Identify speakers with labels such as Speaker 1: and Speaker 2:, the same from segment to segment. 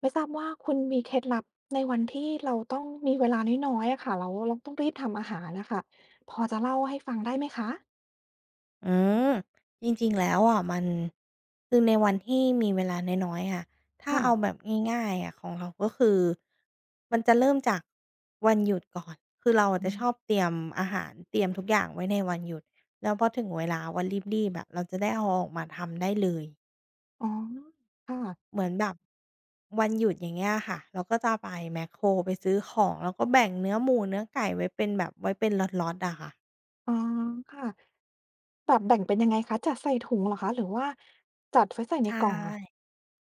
Speaker 1: ไม่ทราบว่าคุณมีเคล็ดลับในวันที่เราต้องมีเวลาน้อยๆอะค่ะแล้วเราต้องรีบทำอาหารน่ะค่ะพอจะเล่าให้ฟังได้ไหมคะ
Speaker 2: อืมจริงๆแล้วอะมันคือในวันที่มีเวลาน้อยๆค่ะถ้าเอาแบ
Speaker 1: ค่ะ
Speaker 2: บง่ายๆอะของเราก็คือมันจะเริ่มจากวันหยุดก่อนคือเราอะ
Speaker 1: อื
Speaker 2: จะชอบ
Speaker 1: ม
Speaker 2: เตรียมอาหารเตรียมทุกอย่างไว้ในวันหยุดแล้วพอถึงเวลาวันรีบๆอะเราจะได้เอาออกมาทำได้เลย
Speaker 1: อ๋อค่ะ
Speaker 2: เหมือนแบบวันหยุดอย่างเงี้ยค่ะเราก็จะไปแมคโครไปซื้อของแล้วก็แบ่งเนื้อหมูเนื้อไก่ไว้เป็นแบบไว้เป็นล็อตๆอะค่ะ
Speaker 1: อ๋อค่ะแบบแบ่งเป็นยังไงคะจัดใส่ถุงเหรอคะหรือว่าจัดไว้ใส่ใน
Speaker 2: ใช่
Speaker 1: กล่องอะ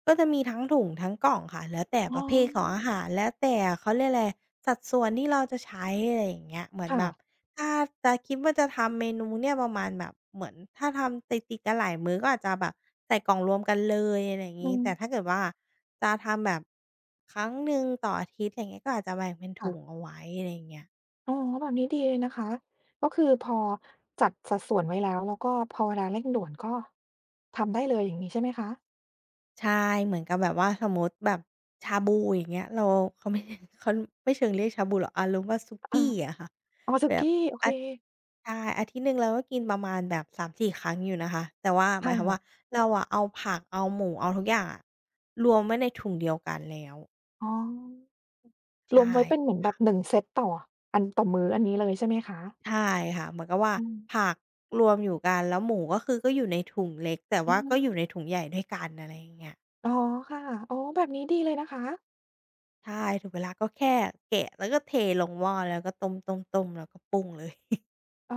Speaker 2: ก็จะมีทั้งถุงทั้งกล่องค่ะแล้วแต่
Speaker 1: อ๋
Speaker 2: ประเภทของอา
Speaker 1: อ
Speaker 2: หารแล้วแต่เขาเรียกอะไรสัดส่วนที่เราจะใช้อะไรอย่างเงี้ยเหมือนแบบ
Speaker 1: ค่ะ
Speaker 2: ถ้าจะคิดว่าจะทำเมนูเนี่ยประมาณแบบเหมือนถ้าทำติดๆกันหลายมื้อก็อาจจะแบบใส่กล่องรวมกันเลยอะไรอย่าง
Speaker 1: อื
Speaker 2: งี้
Speaker 1: ม
Speaker 2: แต่ถ้าเกิดว่าจะทำแบบครั้งหนึ่งต่ออาทิตย์อะไรอย่างเงี้ยก็อาจจะแบ่งเป็นถุง
Speaker 1: ค่ะ
Speaker 2: เอาไว้อะไรอย่างเงี้ย
Speaker 1: อ๋อแบบนี้ดีเลยนะคะก็คือพอจัดสัดส่วนไว้แล้วแล้วก็พอเวลาเร่งด่วนก็ทำได้เลยอย่างงี้ใช่ไหมคะ
Speaker 2: ใช่เหมือนกับแบบว่าสมมติแบบชาบูอย่างเงี้ยเราเขาไม่ เขาไม่เชิงเรียกชาบูหรอกอารมณ์ว่าสุ
Speaker 1: อา
Speaker 2: กี้อะค่ะ
Speaker 1: อ๋อสุ
Speaker 2: แบบ
Speaker 1: กี้โอเค
Speaker 2: อาใช่อาทิตย์หนึ่งเราก็กินประมาณแบบ3-4ครั้งอยู่นะคะแต่ว่าหมายความว่า
Speaker 1: ค่ะ
Speaker 2: เราอะเอาผักเอาหมูเอาทุกอย่างอะรวมไว้ในถุงเดียวกันแล้ว
Speaker 1: อ๋อ รวม
Speaker 2: ใช่
Speaker 1: ไว้เป็นเหมือนแบบ1เซตต่ออันต่อมื้ออันนี้เลยใช่ไหมคะ
Speaker 2: ใช่ค่ะเหมือนกับว่า
Speaker 1: อืม
Speaker 2: ผักรวมอยู่กันแล้วหมูก็คือก็อยู่ในถุงเล็กแต่
Speaker 1: อื
Speaker 2: ว่า
Speaker 1: ม
Speaker 2: ก็อยู่ในถุงใหญ่ด้วยกันอะไรอย่างเงี้ย
Speaker 1: อ๋อค่ะอ๋อแบบนี้ดีเลยนะคะ
Speaker 2: ใช่ถึงเวลาก็แค่แกะแล้วก็เทลงหม้อแล้วก็ต้มๆๆแล้วก็ปรุงเลย
Speaker 1: อ๋อ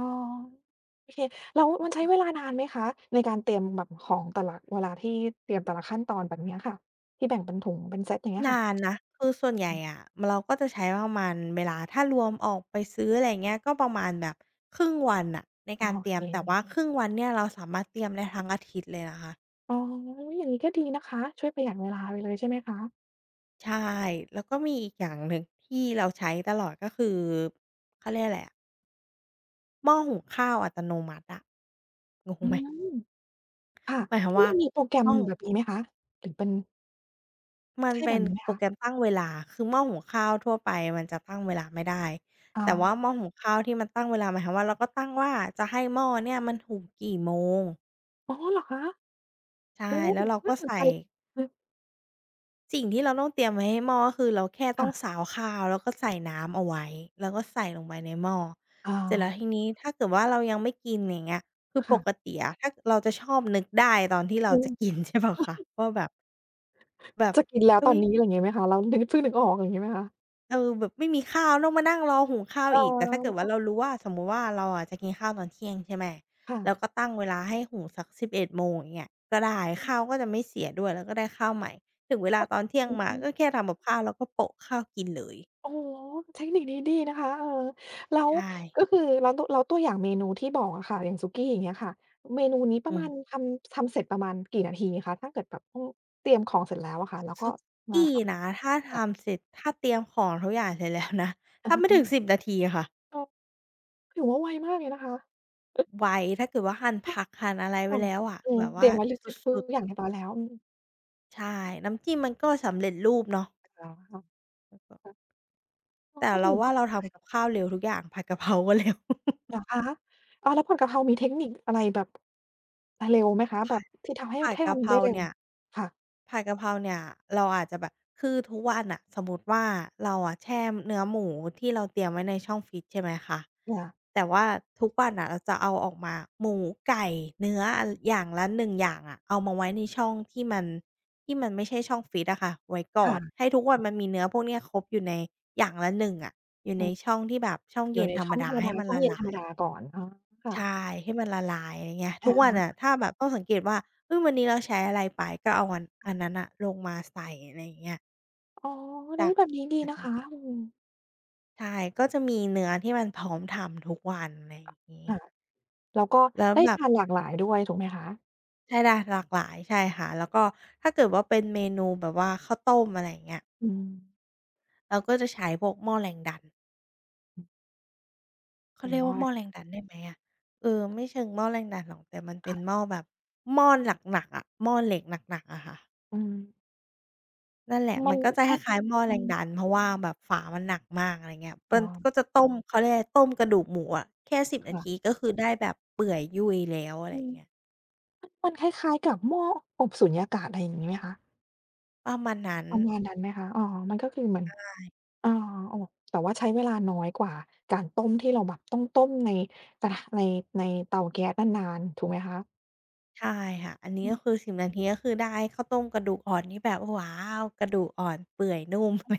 Speaker 1: โอเคแล้วมันใช้เวลานานไหมคะในการเตรียมแบบของแต่ละเวลาที่เตรียมแต่ละขั้นตอนแบบเนี้ยค่ะที่แบ่งเป็นถุงเป็นเซตอย่างเงี้ ย
Speaker 2: นาน
Speaker 1: ค่ะ
Speaker 2: นะคือส่วนใหญ่
Speaker 1: อืม
Speaker 2: อะเราก็จะใช้ประมาณเวลาถ้ารวมออกไปซื้ออะไรอย่างเงี้ยก็ประมาณแบบครึ่งวันน่ะใน
Speaker 1: โอ
Speaker 2: การเตรี
Speaker 1: เค
Speaker 2: ยมแต่ว่าครึ่งวันเนี่ยเราสามารถเตรียมได้ทั้งอาทิตย์เลยนะคะ
Speaker 1: อ๋ออย่างงี้ก็ดีนะคะช่วยประหยัดเวลาไปเลยใช่ไหมคะ
Speaker 2: ใช่แล้วก็มีอีกอย่างหนึ่งที่เราใช้ตลอดก็คือเขาเรียกอะไรอะหม้อหุงข้าวอัตโนมัติอะงง
Speaker 1: อื
Speaker 2: ไหม
Speaker 1: มค่ะ
Speaker 2: หมายความ
Speaker 1: ที่
Speaker 2: ว่า
Speaker 1: มันมีโปรแกร
Speaker 2: ห
Speaker 1: ม
Speaker 2: ม้อหุ
Speaker 1: แบ
Speaker 2: ง
Speaker 1: บนี้ไหมคะหรือเป็น
Speaker 2: มัน
Speaker 1: ใช่แบ
Speaker 2: เป็น
Speaker 1: บนี้ไหม
Speaker 2: โปรแกรม
Speaker 1: คะ
Speaker 2: ตั้งเวลา คือหม้อหุงข้าวทั่วไปมันจะตั้งเวลาไม่ได้
Speaker 1: อ๋อ
Speaker 2: แต่ว่าหม้อหุงข้าวที่มันตั้งเวลาหมายความว่าเราก็ตั้งว่าจะให้หม้อเนี่ยมันหุงกี่โมง
Speaker 1: อ๋อเหรอคะ
Speaker 2: ใช่
Speaker 1: โอ้
Speaker 2: แล้วเราก็
Speaker 1: น่าสน
Speaker 2: ใส่
Speaker 1: ใจอือ
Speaker 2: สิ่งที่เราต้องเตรียมไว้ให้หม้อก็คือเราแค่ต้อ
Speaker 1: ค่ะ
Speaker 2: งซาวข้าวแล้วก็ใส่น้ำเอาไว้แล้วก็ใส่ลงไปในหม้อ
Speaker 1: อา
Speaker 2: เสร็จแล้วทีนี้ถ้าเกิดว่าเรายังไม่กินอย่างเงี้ยคือปก
Speaker 1: ค่ะ
Speaker 2: ติอะถ้าเราจะชอบนึกได้ตอนที่เรา
Speaker 1: คือ
Speaker 2: จะกิน ใช่เปล่าคะว่าแบบแบบ
Speaker 1: จะกินแล้วต
Speaker 2: อุ๊
Speaker 1: อน
Speaker 2: ย
Speaker 1: นี้อะไรอย่างงี้ไหมคะแล้วนึกเพิ่งนึกออกอย่างงี้ไหมคะ
Speaker 2: เออแบบไม่มีข้าวต้องมานั่งรอหุงข้าว
Speaker 1: เ
Speaker 2: อีกแต่ถ้าเกิดว่า
Speaker 1: ออ
Speaker 2: เรารู้ว่าสมมุติว่าเราอะจะกินข้าวตอนเที่ยงใช่ไหม
Speaker 1: ค่ะ
Speaker 2: เราก็ตั้งเวลาให้หุงสัก11 โมงอย่างเงี้ยก็ได้ข้าวก็จะไม่เสียด้วยแล้วก็ได้ข้าวใหม่ถึงเวลาตอนเที่ยง
Speaker 1: อื
Speaker 2: มา
Speaker 1: ม
Speaker 2: ก็แค่ทำกับข้าวแล้วก็โปะข้าวกินเลย
Speaker 1: โอ้โฮเทคนิคนี้ดีนะคะเออแล้ว
Speaker 2: ใช่
Speaker 1: ก็คือแล้วตัวแล้วตัวอย่างเมนูที่บอกอะค่ะอย่างสุกี้อย่างเงี้ยค่ะเมนูนี้ป
Speaker 2: อื
Speaker 1: ระมาณ
Speaker 2: ม
Speaker 1: ทำทำเสร็จประมาณกี่นาทีคะถ้าเกิดแบบเตรียมของเสร็จแล้วอะค่ะแล้วก็
Speaker 2: สุ
Speaker 1: มา
Speaker 2: กี้
Speaker 1: ท
Speaker 2: นะถ้า
Speaker 1: ำค่ะ
Speaker 2: ทำเสร็จถ้าเตรียมของทุกอย่างเสร็จแล้วนะ
Speaker 1: อะ
Speaker 2: ทำไม่ถึง
Speaker 1: ฮะ
Speaker 2: 10 นาทีค่ะ
Speaker 1: เออถือว่าไวมากเลยนะคะเออ
Speaker 2: ไวถ้าเกิดว่าหั่นผักหั่นอะไรไว้
Speaker 1: ค่ะ
Speaker 2: แล้วอะ
Speaker 1: อื
Speaker 2: แบ
Speaker 1: ม
Speaker 2: บ
Speaker 1: เต
Speaker 2: ว่า
Speaker 1: รียมไว้
Speaker 2: ส
Speaker 1: ทุก
Speaker 2: ุด
Speaker 1: อย่างเรียบร้อยแล้วอืม
Speaker 2: ๆใช่น้ำจิ้มมันก็สำเร็จรูปเนาะ
Speaker 1: แล้วค่ะ
Speaker 2: แล้วก็
Speaker 1: ค่ะอ๋อ
Speaker 2: แต่
Speaker 1: ก็ถื
Speaker 2: เรา
Speaker 1: อ
Speaker 2: ว่าเรา
Speaker 1: ว่า
Speaker 2: ทำกับข้าวเร็วทุกอย่างผัดกะเพราก็เร็ว
Speaker 1: เหรอคะอ้าวแล้วผัดกะเพรามีเทคนิคอะไรแบบเร็วไหมคะแบ
Speaker 2: ผั
Speaker 1: บ
Speaker 2: ด
Speaker 1: ที่ทำให้
Speaker 2: ผัด
Speaker 1: ให้
Speaker 2: กะเพ
Speaker 1: ทำได้
Speaker 2: รา
Speaker 1: เร็ว
Speaker 2: เนี่ย
Speaker 1: ค่ะ
Speaker 2: ผัดกะเพราเนี่ยเราอาจจะแบบคือทุกวันน่ะสมมุติว่าเราอะแช่เนื้อหมูที่เราเตรียมไว้ในช่องฟรีซใช่ไหมคะ
Speaker 1: อา
Speaker 2: แต่ว่าทุกวันน่ะเราจะเอาออกมาหมูไก่เนื้ออันอย่างละ1อย่างอะเอามาไว้ในช่องที่มันไม่ใช่ช่องฟรีซอะค่ะไว้ก่อน
Speaker 1: ค่ะ
Speaker 2: ให้ทุกวันมันมีเนื้อพวกเนี้ยครบอยู่ในอย่างละหนึ่งอะอยู่
Speaker 1: อื
Speaker 2: ใน
Speaker 1: ม
Speaker 2: ช่องที่แบบช่อง
Speaker 1: อ
Speaker 2: เย็
Speaker 1: ยู่
Speaker 2: น
Speaker 1: ใน
Speaker 2: ธรร
Speaker 1: ช่
Speaker 2: ม
Speaker 1: องธ
Speaker 2: ดา
Speaker 1: รรม
Speaker 2: ให้
Speaker 1: ดา
Speaker 2: มัน
Speaker 1: ช่อง
Speaker 2: ละ
Speaker 1: เย็นธ
Speaker 2: ลา
Speaker 1: รรม
Speaker 2: ย
Speaker 1: ดาก่อนอ๋อค่ะ
Speaker 2: ใช่ให้มันละลายอะไรเงี้ยทุ
Speaker 1: อะ
Speaker 2: กวัน
Speaker 1: ฮะ
Speaker 2: อะถ้าแบบต้องสังเกตว่าเฮ้ยวันนี้เราใช้อะไรไปก็เอาอันนั้นน่ะลงมาใส่อะไรอย่างเงี้ย
Speaker 1: อ๋อเฮ้
Speaker 2: จา
Speaker 1: ย
Speaker 2: ก
Speaker 1: แบบนี้ดี
Speaker 2: นะค
Speaker 1: นะ
Speaker 2: ร
Speaker 1: คะอืม
Speaker 2: ใช่ก็จะมีเนื้อที่มันพร้อมทำทุกวันอะไรอย่างงี้
Speaker 1: ค่ะแล้วก็
Speaker 2: แล้ว
Speaker 1: ได้
Speaker 2: แบบ
Speaker 1: ทานหลากหลายด้วยถูกไหมคะ
Speaker 2: ใช่ล่ะหลากหลายใช่ค่ะแล้วก็ถ้าเกิดว่าเป็นเมนูแบบว่าข้าวต้มอะไรอย่างเงี้ย
Speaker 1: อืม
Speaker 2: เราก็จะใช้พวกหม้อแรงดัน
Speaker 1: อือ
Speaker 2: เขา
Speaker 1: เป็น
Speaker 2: เรียกว่า
Speaker 1: ว่า
Speaker 2: หม้อแรงดันได้ไหมอะเออไม่เชิงหม้อแรงดันหรอกแต่มันเป็นห
Speaker 1: ค่ะ
Speaker 2: ม้อแบบหม้อหนักๆอะหม้อเหล็กหนักๆอะค่ะ
Speaker 1: อืม
Speaker 2: นั่นแหละ
Speaker 1: มั
Speaker 2: มัน
Speaker 1: น
Speaker 2: ก็จะ
Speaker 1: ค
Speaker 2: ค
Speaker 1: ล้าย
Speaker 2: ล้ายๆหม้อ
Speaker 1: อื
Speaker 2: แรง
Speaker 1: ม
Speaker 2: ดันเพราะว่าแบบฝามันหนักมากอะไรเงี้ย
Speaker 1: อ๋
Speaker 2: มันก็
Speaker 1: อ
Speaker 2: จะต้มเขาเรียกอะไรต้มกระดูกหมูอะแค่10นาที
Speaker 1: ค่ะ
Speaker 2: ก็คือได้แบบเปื่อยยุ่ยแล้วอะไร
Speaker 1: อื
Speaker 2: อย่า
Speaker 1: ม
Speaker 2: งเงี้ย
Speaker 1: มันคล้ายๆกับหม้ออบสุญญากาศอะไรอย่างงี้ไหมคะ
Speaker 2: ประมาณนั้น
Speaker 1: ประมาณนั้นไหมคะอ๋อมันก็คือเหมือน อาโอ้แต่ว่าใช้เวลาน้อยกว่าการต้มที่เราแบบต้องต้มในกระทะในในเตาแก๊สนานๆถูกไหมคะ
Speaker 2: ใช่ค่ะอันนี้
Speaker 1: อื
Speaker 2: ก็
Speaker 1: ม
Speaker 2: คือสิบนาทีก็คือได้ข้าวต้มกระดูกอ่อนที่แบบว้าวกระดูกอ่อนเปื่อยนุ่มอะไร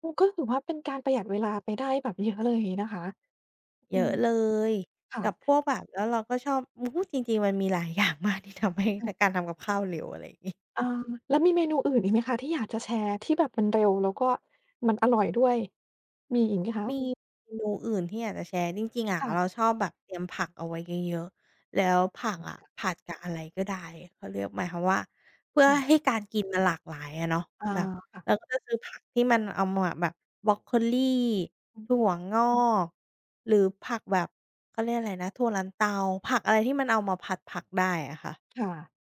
Speaker 1: โอ้ก็ถือว่าเป็นการประหยัดเวลาไปได้แบบเยอะเลยนะคะอื
Speaker 2: เยอะ
Speaker 1: ม
Speaker 2: เลย
Speaker 1: ค่ะ
Speaker 2: กับพวกแบบแล้วเราก็ชอบอู้จริงๆมันมีหลายอย่างมากที่ทำให้ท
Speaker 1: ค่ะ
Speaker 2: การทำกับข้าวเร็วอะไรอย่างงี้
Speaker 1: อาแล้วมีเมนูอื่นอีกไหมคะที่อยากจะแชร์ที่แบบมันเร็วแล้วก็มันอร่อยด้วย มีอีกไหมคะ
Speaker 2: มีเมนูอื่นที่อยากจะแชร์จริงๆอะเรา
Speaker 1: ค่ะ
Speaker 2: ชอบแบบเตรียมผักเอาไว้เยอะๆแล้วผักอะผัดกับอะไรก็ได้เขาเรียกหมายความว่าเพื่อ
Speaker 1: ค่ะ
Speaker 2: ให้การกินมันหลากหลายอะเนาะ
Speaker 1: อา
Speaker 2: แบบ
Speaker 1: ค่ะ
Speaker 2: เราก็จะซื้อผักที่มันเอามาแบบบรอกโคลี
Speaker 1: อืม
Speaker 2: ถั่วงอกหรือผักแบบเขาเรียกอะไรนะถั่วลันเตาผักอะไรที่มันเอามาผัดผักได้อะค่ะ
Speaker 1: ค่ะ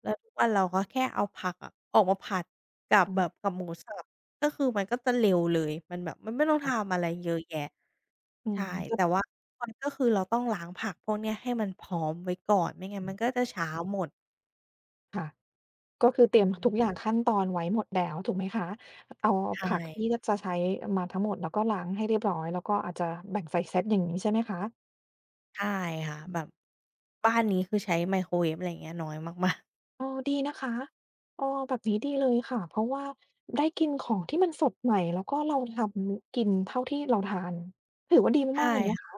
Speaker 2: แล้วทุกวันเราก็แค่เอาผักอะออกมาผัดกับ
Speaker 1: อื
Speaker 2: แบบ
Speaker 1: ม
Speaker 2: กับหมูสับก็คือมันก็จะเร็วเลยมันแบบมันไม่ต้อง
Speaker 1: ค่ะ
Speaker 2: ทำอะไรเยอะแยะ
Speaker 1: อื
Speaker 2: ใช่
Speaker 1: มก็
Speaker 2: แต่ว่ามันก็คือเราต้องล้างผักพวกเนี้ยให้มันพร้อมไว้ก่อนไม่งั้น
Speaker 1: อื
Speaker 2: มันก็
Speaker 1: ม
Speaker 2: จะช้าหมด
Speaker 1: ค่ะ ก็คือเตรียม
Speaker 2: อื
Speaker 1: ทุ
Speaker 2: ม
Speaker 1: กอย่างขั้นตอนไว้หมดแล้วถูกไหมคะ เอา
Speaker 2: ใช่
Speaker 1: ผักที่จะใช้มาทั้งหมดแล้วก็ล้างให้เรียบร้อยแล้วก็อาจจะแบ่งใส่เซตอย่างงี้ใช่ไหมคะ
Speaker 2: ใช่ค่ะ
Speaker 1: อื
Speaker 2: แบ
Speaker 1: ม
Speaker 2: บบ้านนี้คือใช้ไมโครเวฟอะไรอย่างเงี้ยน้อยมาก
Speaker 1: เออดีนะคะเออแบบนี้ดีเลยค่ะเพราะว่าได้กินของที่มันสดใหม่แล้วก็เราทำกินเท่าที่เราทานถือว่าดี
Speaker 2: ๆใช่
Speaker 1: มากๆเลยนะ
Speaker 2: ค่ะ
Speaker 1: คะ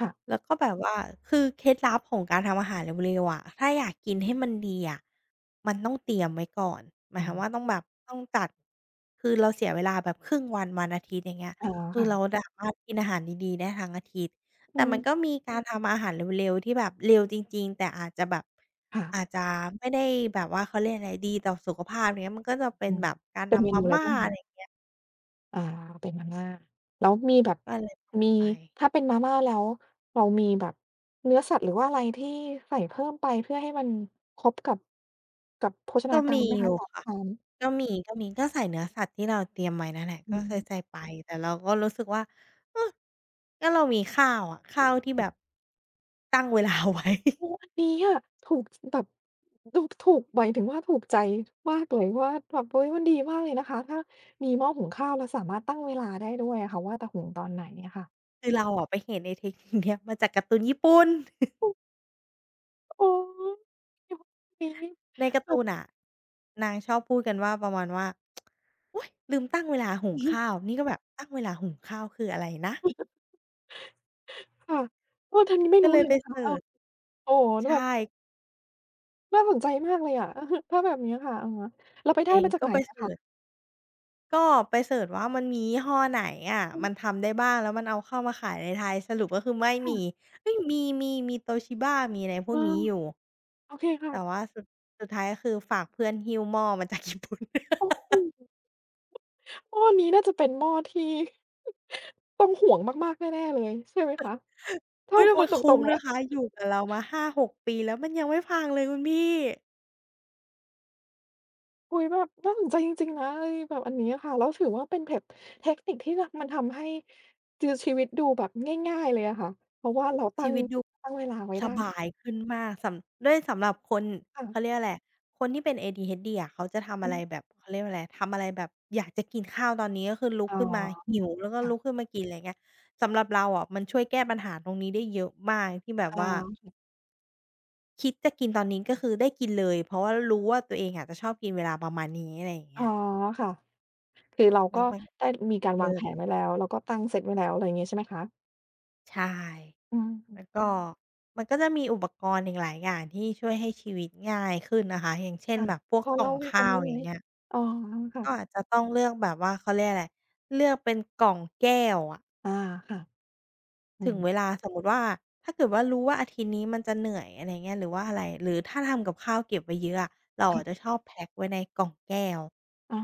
Speaker 1: ค่ะ
Speaker 2: แล้วก็แบบว่าคือเคล็ดลับของการทำอาหารเร็วๆอะถ้าอยากกินให้มันดีอะมันต้องเตรียมไว้ก่อนหมาย
Speaker 1: อื
Speaker 2: ควา
Speaker 1: ม
Speaker 2: มว่าต้องแบบต้องจัดคือเราเสียเวลาแบบครึ่งวันวันอาทิตย์อย่างเงี้ย
Speaker 1: อ๋อ
Speaker 2: คือ
Speaker 1: ค่ะ
Speaker 2: เราสามารถกินอาหารดีๆได้ทั้งอาทิตย์
Speaker 1: อื
Speaker 2: แต่
Speaker 1: ม
Speaker 2: มันก็มีการทำอาหารเร็วๆที่แบบเร็วจริงๆแต่อาจจะแบบ
Speaker 1: ค่ะ
Speaker 2: อาจจะไม่ได้แบบว่าเขาเรียกอะไรดีต่อสุขภาพอย่างเงี้ยมันก็จะเป็น
Speaker 1: อืม
Speaker 2: แบบการ
Speaker 1: เป็นเม
Speaker 2: ทำมา
Speaker 1: นูอะไร
Speaker 2: ม่า
Speaker 1: บ้าง
Speaker 2: อะ
Speaker 1: คะ
Speaker 2: ไรอย่างเงี้ย
Speaker 1: อาเป็นมาม่าแล้วมีแบบ
Speaker 2: ก็เลย
Speaker 1: มี
Speaker 2: ไป
Speaker 1: ถ้าเป็นมาม่าแล้วเรามีแบบเนื้อสัตว์หรือว่าอะไรที่ใส่เพิ่มไปเพื่อให้มันครบกับกับโภช
Speaker 2: ก็
Speaker 1: นากา
Speaker 2: มี
Speaker 1: รไหม
Speaker 2: อยู่
Speaker 1: คะจาร
Speaker 2: ค่ะ
Speaker 1: อาหาร
Speaker 2: ก็มีก็ใส่เนื้อสัตว์ที่เราเตรียมไว้นั่นแหละ
Speaker 1: อื
Speaker 2: ก็เคยใส่
Speaker 1: ม
Speaker 2: ไปแต่เราก็รู้สึกว่าเออก็เรามีข้าวอะข้าวที่แบบตั้งเวลาไว้
Speaker 1: โอ้อันนี้อะถูกแบบดูถูกหมายถึงว่าถูกใจมากเลยว่าแบบเฮ้ยมันดีมากเลยนะคะถ้ามีหม้อหุงข้าวแล้วสามารถตั้งเวลาได้ด้วยอะค่ะว่าจะหุงตอนไหนอะค่ะ
Speaker 2: คือเราอะไปเห็นไอ้เทคนิคเนี้ยมาจากการ์ตูนญี่ปุ่น
Speaker 1: โอ้ยุค นี้
Speaker 2: ในการ์
Speaker 1: แบ
Speaker 2: ตู
Speaker 1: บ
Speaker 2: นน่ะนางชอบพูดกันว่าประมาณว่าอุ๊ยลืมตั้งเวลาหุ ง
Speaker 1: อือฮึ
Speaker 2: ข้าวนี่ก็แบบตั้งเวลาหุงข้าวคืออะไรนะ
Speaker 1: ค่ะโอ้ทางนี้ไม่
Speaker 2: ก็
Speaker 1: รู้
Speaker 2: เลย
Speaker 1: เลย
Speaker 2: ไป
Speaker 1: นะคะ
Speaker 2: เซิ
Speaker 1: เออ
Speaker 2: ร์ช
Speaker 1: โอ้โฮ
Speaker 2: ใช
Speaker 1: แล้วแบบ
Speaker 2: ่
Speaker 1: น่าสนใจมากเลยอะ ถ้าแบบเนี้ยค่ะอะฮะแล้วไป
Speaker 2: จ
Speaker 1: ได้
Speaker 2: ริง
Speaker 1: มาจาก
Speaker 2: ก็
Speaker 1: ไหน
Speaker 2: ไป
Speaker 1: อะ
Speaker 2: เสิร์ช
Speaker 1: คะ
Speaker 2: ก็ไปเสิร์ชว่ามันมียี่ห้อไหนอะ
Speaker 1: อืม
Speaker 2: มันทำได้บ้างแล้วมันเอาเข้ามาขายในไทยสรุปก็คือไม่มี
Speaker 1: ค่ะ
Speaker 2: เฮ้ยมีมี Toshiba มีอะไรพ
Speaker 1: เอ
Speaker 2: วก
Speaker 1: อ
Speaker 2: นี้อยู่
Speaker 1: โอเค
Speaker 2: แต่
Speaker 1: ค่ะ
Speaker 2: ว่าสุดท้ายก็คือฝากเพื่อนหิ้วหม้อมาจากญี่ปุ่น
Speaker 1: โอ้ โฮหม้อนี้น่าจะเป็นหม้อที่ ต้องห่วงมากๆแน่ๆเลยใช่ไหมคะถ้า
Speaker 2: เฮ้ยแต่
Speaker 1: พู
Speaker 2: มั
Speaker 1: ด
Speaker 2: น
Speaker 1: ตร
Speaker 2: คุ้ม
Speaker 1: งๆแล้
Speaker 2: นะ
Speaker 1: ว
Speaker 2: คะอยู่กับเรามา5-6ปีแล้วมันยังไม่พังเลยคุณพี่
Speaker 1: อุ๊ยแบบน่าสนใจจริงๆนะไอ้แบบอันนี้อะค่ะแล้วถือว่าเป็นเพบเทคนิคที่ทมันทำให้จือชีวิตดูแบบง่ายๆเลยอะค่ะเพราะว่าเราตั้
Speaker 2: ชี
Speaker 1: ง
Speaker 2: วิตดู
Speaker 1: ตั้งเวลาไว้
Speaker 2: ส
Speaker 1: ได้
Speaker 2: บายขึ้นมากด้วยสำหรับคน
Speaker 1: ค่ะ
Speaker 2: เขาเรียกอะไรคนที่เป็น ADHD อะเขาจะทำอะ
Speaker 1: อื
Speaker 2: ไร
Speaker 1: ม
Speaker 2: แบบเขาเรียกว่าอะไรทำอะไรแบบอยากจะกินข้าวตอนนี้ก็คือลุก
Speaker 1: อ๋
Speaker 2: ขึ้นมา
Speaker 1: อ
Speaker 2: หิวแล้วก็
Speaker 1: ค่ะ
Speaker 2: ลุกขึ้นมากินอะไรเงี้ยสำหรับเราอะมันช่วยแก้ปัญหาตรงนี้ได้เยอะมากที่แบบ
Speaker 1: อ๋
Speaker 2: ว่า
Speaker 1: อ
Speaker 2: คิดจะกินตอนนี้ก็คือได้กินเลยเพราะว่ารู้ว่าตัวเองอะจะชอบกินเวลาประมาณนี้อะไรอย่าง
Speaker 1: อ๋
Speaker 2: เงี้
Speaker 1: อ
Speaker 2: ย
Speaker 1: ค่ะ คือเรา
Speaker 2: แล้
Speaker 1: ก็
Speaker 2: วมัน
Speaker 1: ได้มีการวาง
Speaker 2: เลิ
Speaker 1: แผ
Speaker 2: ศ
Speaker 1: นไว้แล้วเราก็ตั้งเซตไว้แล้วอะไรอย่างงี้ใช่ไหมคะ
Speaker 2: ใช่
Speaker 1: อื
Speaker 2: แล้ว
Speaker 1: ม
Speaker 2: ก็มันก็จะมีอุปกรณ์อีกหลายอย่างที่ช่วยให้ชีวิตง่ายขึ้นนะคะอย่างเช่น
Speaker 1: ค่ะ
Speaker 2: แบบพว
Speaker 1: พ
Speaker 2: ก
Speaker 1: อ
Speaker 2: กล่อ
Speaker 1: เล่า
Speaker 2: ง
Speaker 1: ให้ฟัง
Speaker 2: ข้าว
Speaker 1: ได้ไห
Speaker 2: อ
Speaker 1: ม
Speaker 2: ย่างเงี้ย
Speaker 1: อ๋อค่ะ
Speaker 2: ก็อาจจะต้องเลือกแบบว่าเขาเรียกอะไรเลือกเป็นกล่องแก้วอะ
Speaker 1: อาค่ะอื
Speaker 2: ถึงเว
Speaker 1: ม
Speaker 2: ลาสมมุติว่าถ้าเกิดว่ารู้ว่าอาทิตย์นี้มันจะเหนื่อยอะไรเงี้ยหรือว่าอะไรหรือถ้าทำกับข้าวเก็บไว้เยอะอะเราอะจะ
Speaker 1: ค่ะ
Speaker 2: ชอบแพ็กไว้ในกล่องแก้ว
Speaker 1: อา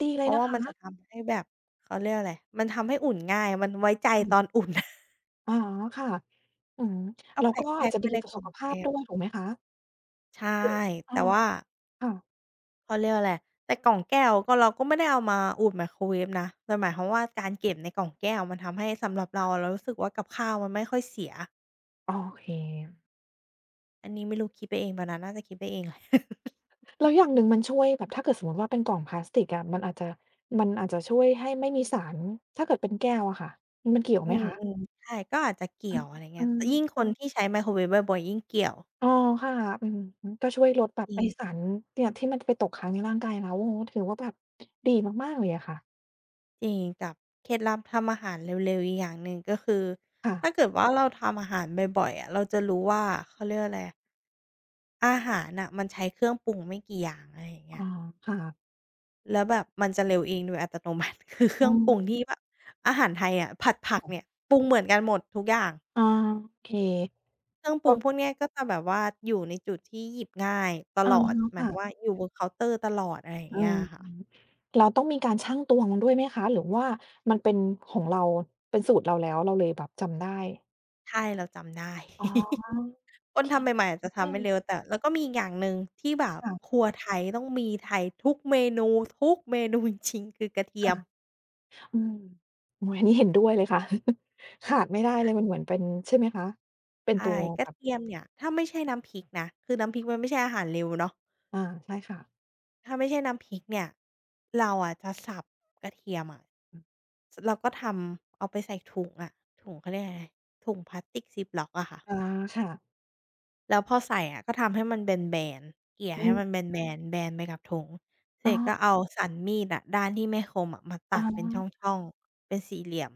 Speaker 1: ดีเล
Speaker 2: เพ
Speaker 1: ย
Speaker 2: ราะ
Speaker 1: นะ
Speaker 2: ว่า
Speaker 1: คะ
Speaker 2: มันจะทำให้แบบเขาเรียกอะไรมันทำให้อุ่นง่ายมันไว้ใจตอน
Speaker 1: ค่ะ
Speaker 2: อุ่น
Speaker 1: อ๋อค่ะอืม
Speaker 2: ก็
Speaker 1: แล้
Speaker 2: แ
Speaker 1: วก็อา
Speaker 2: พ็
Speaker 1: จ
Speaker 2: กๆ
Speaker 1: จะ
Speaker 2: ไว้
Speaker 1: ดี
Speaker 2: ใน
Speaker 1: ต่อ
Speaker 2: กล่
Speaker 1: สุ
Speaker 2: อง
Speaker 1: ขภาพ
Speaker 2: แก้ว
Speaker 1: ด้วยถูกไหมคะ
Speaker 2: ใช่
Speaker 1: เดี๋ยวอ้อ
Speaker 2: แต่ว่า
Speaker 1: ค่ะ
Speaker 2: เขาเรียกว่าอะไรแต่กล่องแก้วก็เราก็ไม่ได้เอามาอุดไมโครเวฟนะแต่หมายความว่าการเก็บในกล่องแก้วมันทำให้สำหรับเราเรารู้สึกว่ากับข้าวมันไม่ค่อยเสีย
Speaker 1: โอเค
Speaker 2: อันนี้ไม่รู้คิดไปเองเปล่านะน่าจะคิดไปเองแหละ
Speaker 1: แล้วอย่างหนึ่งมันช่วยแบบถ้าเกิดสมมุติว่าเป็นกล่องพลาสติกอะมันอาจจะมันอาจจะช่วยให้ไม่มีสารถ้าเกิดเป็นแก้วอะค่ะมันเกี่ยว
Speaker 2: อื
Speaker 1: ไหมคะ
Speaker 2: มๆใช่ก็อาจจะเกี่
Speaker 1: อื
Speaker 2: ย
Speaker 1: อ
Speaker 2: วอะไรเงี้
Speaker 1: อื
Speaker 2: ย
Speaker 1: ม
Speaker 2: ยิ่งคนที่ใช้ไมโครเวฟบ่อยๆยิ่งเกี่ยว
Speaker 1: อ๋อค่ะอือฮึก็ช่วยลดแบ
Speaker 2: จ
Speaker 1: บ
Speaker 2: ริ
Speaker 1: ไอ้สา
Speaker 2: ง
Speaker 1: รเนี่ยที่มันไปตกค้างในร่างกายเราโอ้โฮถือว่าแบบดีมากๆเลยอะค่ะ
Speaker 2: จริงกับเคล็ดลับทำอาหารเร็วๆอีกอย่างหนึ่งก็คือ
Speaker 1: ค่ะ
Speaker 2: ถ้าเกิดว่าเราทำอาหารบ่อยๆอะเราจะรู้ว่าเขาเรียกว่าอะไรอาหารน่ะมันใช้เครื่องปรุงไม่กี่อย่างอะไรอย่าง
Speaker 1: อ๋
Speaker 2: เงี้
Speaker 1: อ
Speaker 2: ย
Speaker 1: ค่ะ
Speaker 2: แล้วแบบมันจะเร็วเองโดยอัตโนมัติ คือเค
Speaker 1: อื
Speaker 2: รื่อง
Speaker 1: ม
Speaker 2: ปรุงที่แบบอาหารไทยอะผัดผักเนี่ยปรุงเหมือนกันหมดทุกอย่าง
Speaker 1: อาโอเค
Speaker 2: เครื่องปรุ
Speaker 1: ก็
Speaker 2: งพวกเนี้ยก็จะแบบว่าอยู่ในจุดที่หยิบง่ายต
Speaker 1: อา
Speaker 2: ลอดหมายความว่า
Speaker 1: ค่ะ
Speaker 2: อยู่บนเคาน์เตอร์ตลอดอะไรอย่าง
Speaker 1: อื
Speaker 2: เงี้ยอะค่ะ
Speaker 1: มเราต้องมีการชั่งตวงด้วยไหมคะหรือว่ามันเป็นของเราเป็นสูตรเราแล้วเราเลยแบบจำได้
Speaker 2: ใช่เราจำได้
Speaker 1: อ๋อ โอ
Speaker 2: คน
Speaker 1: เค
Speaker 2: ทำใหม่ๆอาจจะ
Speaker 1: ด้
Speaker 2: ทำ
Speaker 1: วย
Speaker 2: ไม่เร็วแต่แล้วก็มีอีกอย่างหนึ่งที่แบบค
Speaker 1: ค่ะ
Speaker 2: รัวไทยต้องมีไทยทุกเมนูจริงๆคือกระเทีย
Speaker 1: ค่ะ
Speaker 2: ม
Speaker 1: อืมโอ้โฮอันนี้เห็นด้วยเลยค่ะ ขาดไม่ได้เลยมันเหมือนเป็นใช่ไหมคะเป็นตั
Speaker 2: ใช่
Speaker 1: ว
Speaker 2: ก
Speaker 1: แบ
Speaker 2: ระ
Speaker 1: บ
Speaker 2: เทียมเนี่ยถ้าไม่ใช่น้ำพริกนะคือน้ำพริกมันไม่ใช่อาหารเร็วเนาะ
Speaker 1: อาใช่ค่ะ
Speaker 2: ถ้าไม่ใช่น้ำพริกเนี่ยเราอะจะสับกระเทียมอะสแล้วก็ทำเอาไปใส่ถุงอะถุงเขาเรียกอะไรถุงพลาสติกซิปล็อกอะค่ะ
Speaker 1: อ๋อค่ะ
Speaker 2: แล้วพอใส่อะก็ทำให้มันแบนๆเกลี่ย
Speaker 1: อื
Speaker 2: ให้
Speaker 1: ม
Speaker 2: มันแบนๆแบนไปกับถุงเส
Speaker 1: อ๋
Speaker 2: ร็จก็
Speaker 1: อ
Speaker 2: เอาสันมีดอะด้านที่ไม่คมอะมา
Speaker 1: อ๋
Speaker 2: ตัดเป็นช
Speaker 1: อ
Speaker 2: ่องๆเป็นสี่เหลี่ยม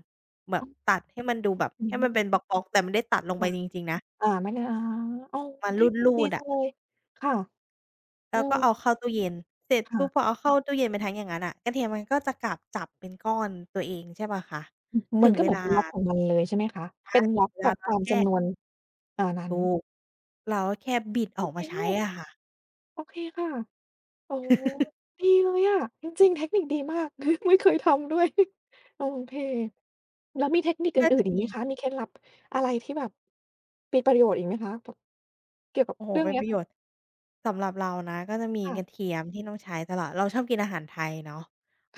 Speaker 2: แบบ
Speaker 1: อือ
Speaker 2: ตัดให้มันดูแบบ
Speaker 1: อือ
Speaker 2: ให้
Speaker 1: ฮึ
Speaker 2: มันเป็นบล็อกๆแต่ไม่ได้ตัดลงไป
Speaker 1: ค่ะ
Speaker 2: จริงๆนะ
Speaker 1: อาไม่ได้อ๋ออ๋อ
Speaker 2: มา
Speaker 1: เทคนิค
Speaker 2: รู
Speaker 1: ดี
Speaker 2: ดๆ
Speaker 1: จั
Speaker 2: อะ
Speaker 1: งเลยค่ะ
Speaker 2: แล้
Speaker 1: อื
Speaker 2: วก็เอา
Speaker 1: ม
Speaker 2: เข้าตู้เย็นเสร็จปุ๊บพ
Speaker 1: ค่ะ
Speaker 2: อเอาเข้าตู้เย็นไปทั้งอย่างงั้นน่ะกระเทียมมันก็จะกลับจับเป็นก้อนตัวเองใช่เปล่าคะ
Speaker 1: อือมั
Speaker 2: ถึ
Speaker 1: น
Speaker 2: ง
Speaker 1: ก็
Speaker 2: เว
Speaker 1: เหมือน
Speaker 2: ลา
Speaker 1: เป็นล็อกของมันเลยใช่ไหมคะเป็นล็อกแบบ
Speaker 2: เรา
Speaker 1: ตาม
Speaker 2: แค่
Speaker 1: จำนวนอ่านั้น
Speaker 2: ถูกเราก็แค่บิดอ
Speaker 1: โอ
Speaker 2: อก
Speaker 1: เค
Speaker 2: มาใช้
Speaker 1: มาก
Speaker 2: อะค่ะ
Speaker 1: โอเคค่ะโอ้โฮดีเลยอะจริงๆเทคนิคดีมาก ไม่เคยทำด้วยโอเคแล้วมีเทคนิค
Speaker 2: ก็
Speaker 1: อื่
Speaker 2: จะ
Speaker 1: นๆอีกไห
Speaker 2: มี
Speaker 1: มคะมีเคล็ดลับอะไรที่แบบมีประโยชน์อีกไหมคะแบบเกี่ยวกับ
Speaker 2: โอ้โฮ
Speaker 1: เรื่อง
Speaker 2: เป็น
Speaker 1: เนี้
Speaker 2: ป
Speaker 1: ย
Speaker 2: ระโย
Speaker 1: ค่ะ
Speaker 2: ชน์สำหรับเรานะก็จะมี
Speaker 1: ค่ะ
Speaker 2: กระเทียมที่ต้องใช้ตลอดเราชอบกินอาหารไทยเนาะ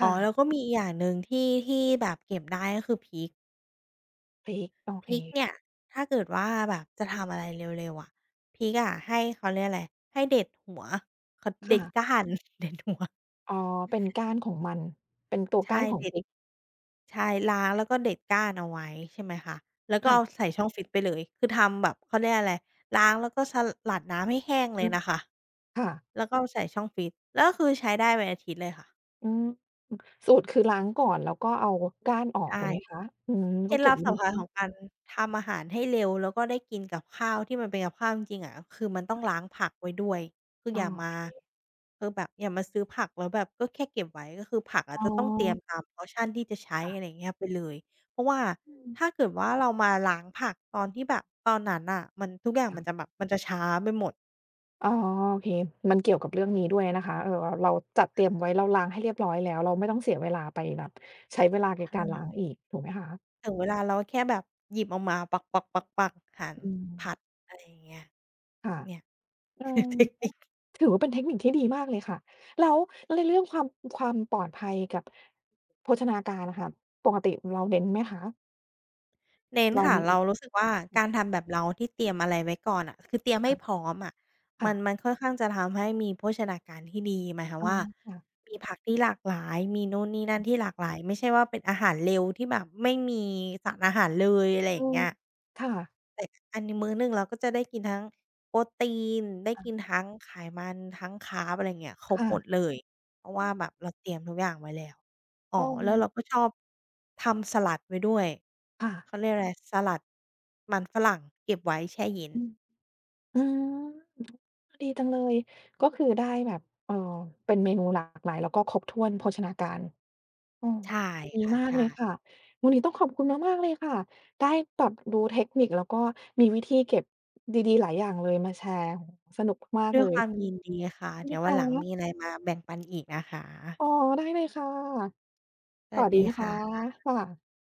Speaker 2: อ๋อ
Speaker 1: ่ะ
Speaker 2: แล้วก็มีอีกอย่างหนึ่งที่แบบเก็บได้ก็คือพริก
Speaker 1: พริกโอ
Speaker 2: พ
Speaker 1: เค
Speaker 2: ริกเนี่ย ถ้าเกิดว่าแบบจะทำอะไรเร็วๆอะพริกอะให้เขาเรียกอะไร ให้เด็ดหัวเขาเด็ด
Speaker 1: ค่ะ
Speaker 2: ก้าน เด็ดหัว
Speaker 1: อ๋อเป็นก้านของมันเป็นตัวก้า
Speaker 2: ใช่
Speaker 1: นของ
Speaker 2: เด็
Speaker 1: พ
Speaker 2: ด
Speaker 1: ริก
Speaker 2: ใช่ล้างแล้วก็เด็ดก้านเอาไว้ใช่ไหมคะแล้วก็เอา
Speaker 1: ค่ะ
Speaker 2: ใส่ช่องฟรีซไปเลยคือทำแบบเขาเรียกอะไรล้างแล้วก็สลัดน้ำให้แห้งเล
Speaker 1: อื
Speaker 2: ย
Speaker 1: ม
Speaker 2: นะคะ
Speaker 1: ค่ะ
Speaker 2: แล้วก็เอาใส่ช่องฟรีซแล้วก็คือใช้ได้เป็นอาทิตย์เลยค่ะ
Speaker 1: อืมสูตรคือล้างก่อนแล้วก็เอาก้านออกถูกไหม
Speaker 2: ใช่
Speaker 1: คะอืม
Speaker 2: เค
Speaker 1: ก็
Speaker 2: ล็ด
Speaker 1: เก็
Speaker 2: ลั
Speaker 1: บ
Speaker 2: บ
Speaker 1: ไว้ใน
Speaker 2: สำคัญ
Speaker 1: ช่อ
Speaker 2: ข
Speaker 1: ง
Speaker 2: องการทำอาหารให้เร็วแล้วก็ได้กินกับข้าวที่มันเป็นกับข้าวจริงๆอะคือมันต้องล้างผักไว้ด้วยคืออ
Speaker 1: อ้
Speaker 2: ย่า
Speaker 1: อ
Speaker 2: มาคือแบบอย่ามาซื้อผักแล้วแบบก็แค่เก็บไว้ก็คือผักอะ
Speaker 1: อ๋อ
Speaker 2: จะต้องเตรียมตามเพอร์ชันที่จะใช้
Speaker 1: ค่ะ
Speaker 2: อะไรอย่างเงี้ยไปเลยเพราะว่า
Speaker 1: อืม
Speaker 2: ถ้าเกิดว่าเรามาล้างผักตอนที่แบบตอนนั้นน่ะมันทุกอย่าง
Speaker 1: ค่ะ
Speaker 2: มันจะแบบมันจะช้าไปหมด
Speaker 1: อ๋อโอเคมันเกี่ยวกับเรื่องนี้ด้วยนะคะเออเราเราจัดเตรียมไว้เราล้างให้เรียบร้อยแล้วเราไม่ต้องเสียเวลาไปแบบใช้เวลาในการล้า
Speaker 2: ใช่
Speaker 1: งอีกถูกไหมคะ
Speaker 2: ถึงเวลาเราก็แค่แบบหยิบออกมาปักๆๆๆหั่น
Speaker 1: อืม
Speaker 2: ผัดอะไรอย่างเงี้ย
Speaker 1: ค่ะ
Speaker 2: เนี่ย
Speaker 1: เอ อ
Speaker 2: คือเทคนิค
Speaker 1: ถือว่าเป็นเทคนิคที่ดีมากเลยค่ะแล้วในเรื่องความความปลอดภัยกับโภชนาการนะค่ะปกติเราเน้นไหมคะ
Speaker 2: เน้น
Speaker 1: เรา
Speaker 2: ค่ะ
Speaker 1: เน้น
Speaker 2: เรารู้สึกว่าการทำแบบเราที่เตรียมอะไรไว้ก่อนอะคือเตรียมให้พ
Speaker 1: ค่ะ
Speaker 2: ร้อมอะมั
Speaker 1: ค่ะ
Speaker 2: นมันค่อนข้างจะทำให้มีโภชนาการที่ดีหมายความ
Speaker 1: อา
Speaker 2: ว่า
Speaker 1: ค่ะ
Speaker 2: มีผักที่หลากหลายมีนู่นนี่นั่นที่หลากหลายไม่ใช่ว่าเป็นอาหารเร็วที่แบบไม่มีสารอาหารเลยอะไรอ
Speaker 1: อื
Speaker 2: ย่าง
Speaker 1: ม
Speaker 2: เงี้ย
Speaker 1: ค่ะ
Speaker 2: แต่อันนี้มื้อหนึ่งเราก็จะได้กินทั้งโปรตีนได้กิน
Speaker 1: ค่ะ
Speaker 2: ทั้งไขมันทั้งคาร์บอะไรเงี้ยครบหมด
Speaker 1: ค่ะ
Speaker 2: เลยเพราะว่าแบบเราเตรียมทุกอย่างไว้แล้วอ๋อ
Speaker 1: อ้อ
Speaker 2: แล้วเราก็ชอบทำสลัดไว้ด้วย
Speaker 1: ค่ะ
Speaker 2: เขาเรียกอะไรสลัดมันฝรั่งเก็บไว้แช่เย็น
Speaker 1: อืมอืมดีจังเลยก็คือได้แบบเอ่อเป็นเมนูหลากหลายแล้วก็ครบถ้วนโภชนาการ โอ้
Speaker 2: ใช่
Speaker 1: ดี
Speaker 2: ค่ะ
Speaker 1: มาก
Speaker 2: ใช่
Speaker 1: เลยค่ะวันนี้ต้องขอบคุณมากๆเลยค่ะ ได้แบบรู้เทคนิคแล้วก็มีวิธีเก็บดีๆหลายอย่างเลยมาแชร์โอ้โฮสนุกมาก
Speaker 2: ด้
Speaker 1: ๆ
Speaker 2: วย
Speaker 1: เล
Speaker 2: ค
Speaker 1: ย
Speaker 2: วามยินดีค่ะเดี๋ยว
Speaker 1: นะ
Speaker 2: วันหลังมี
Speaker 1: คะ
Speaker 2: อะไรมาแบ่งปันอีกนะคะ
Speaker 1: อ๋อได้เลยค่ะ
Speaker 2: ส
Speaker 1: ส
Speaker 2: วัส
Speaker 1: วัส
Speaker 2: ดี
Speaker 1: ดีนะคะ
Speaker 2: ค่ะ
Speaker 1: ค่ะ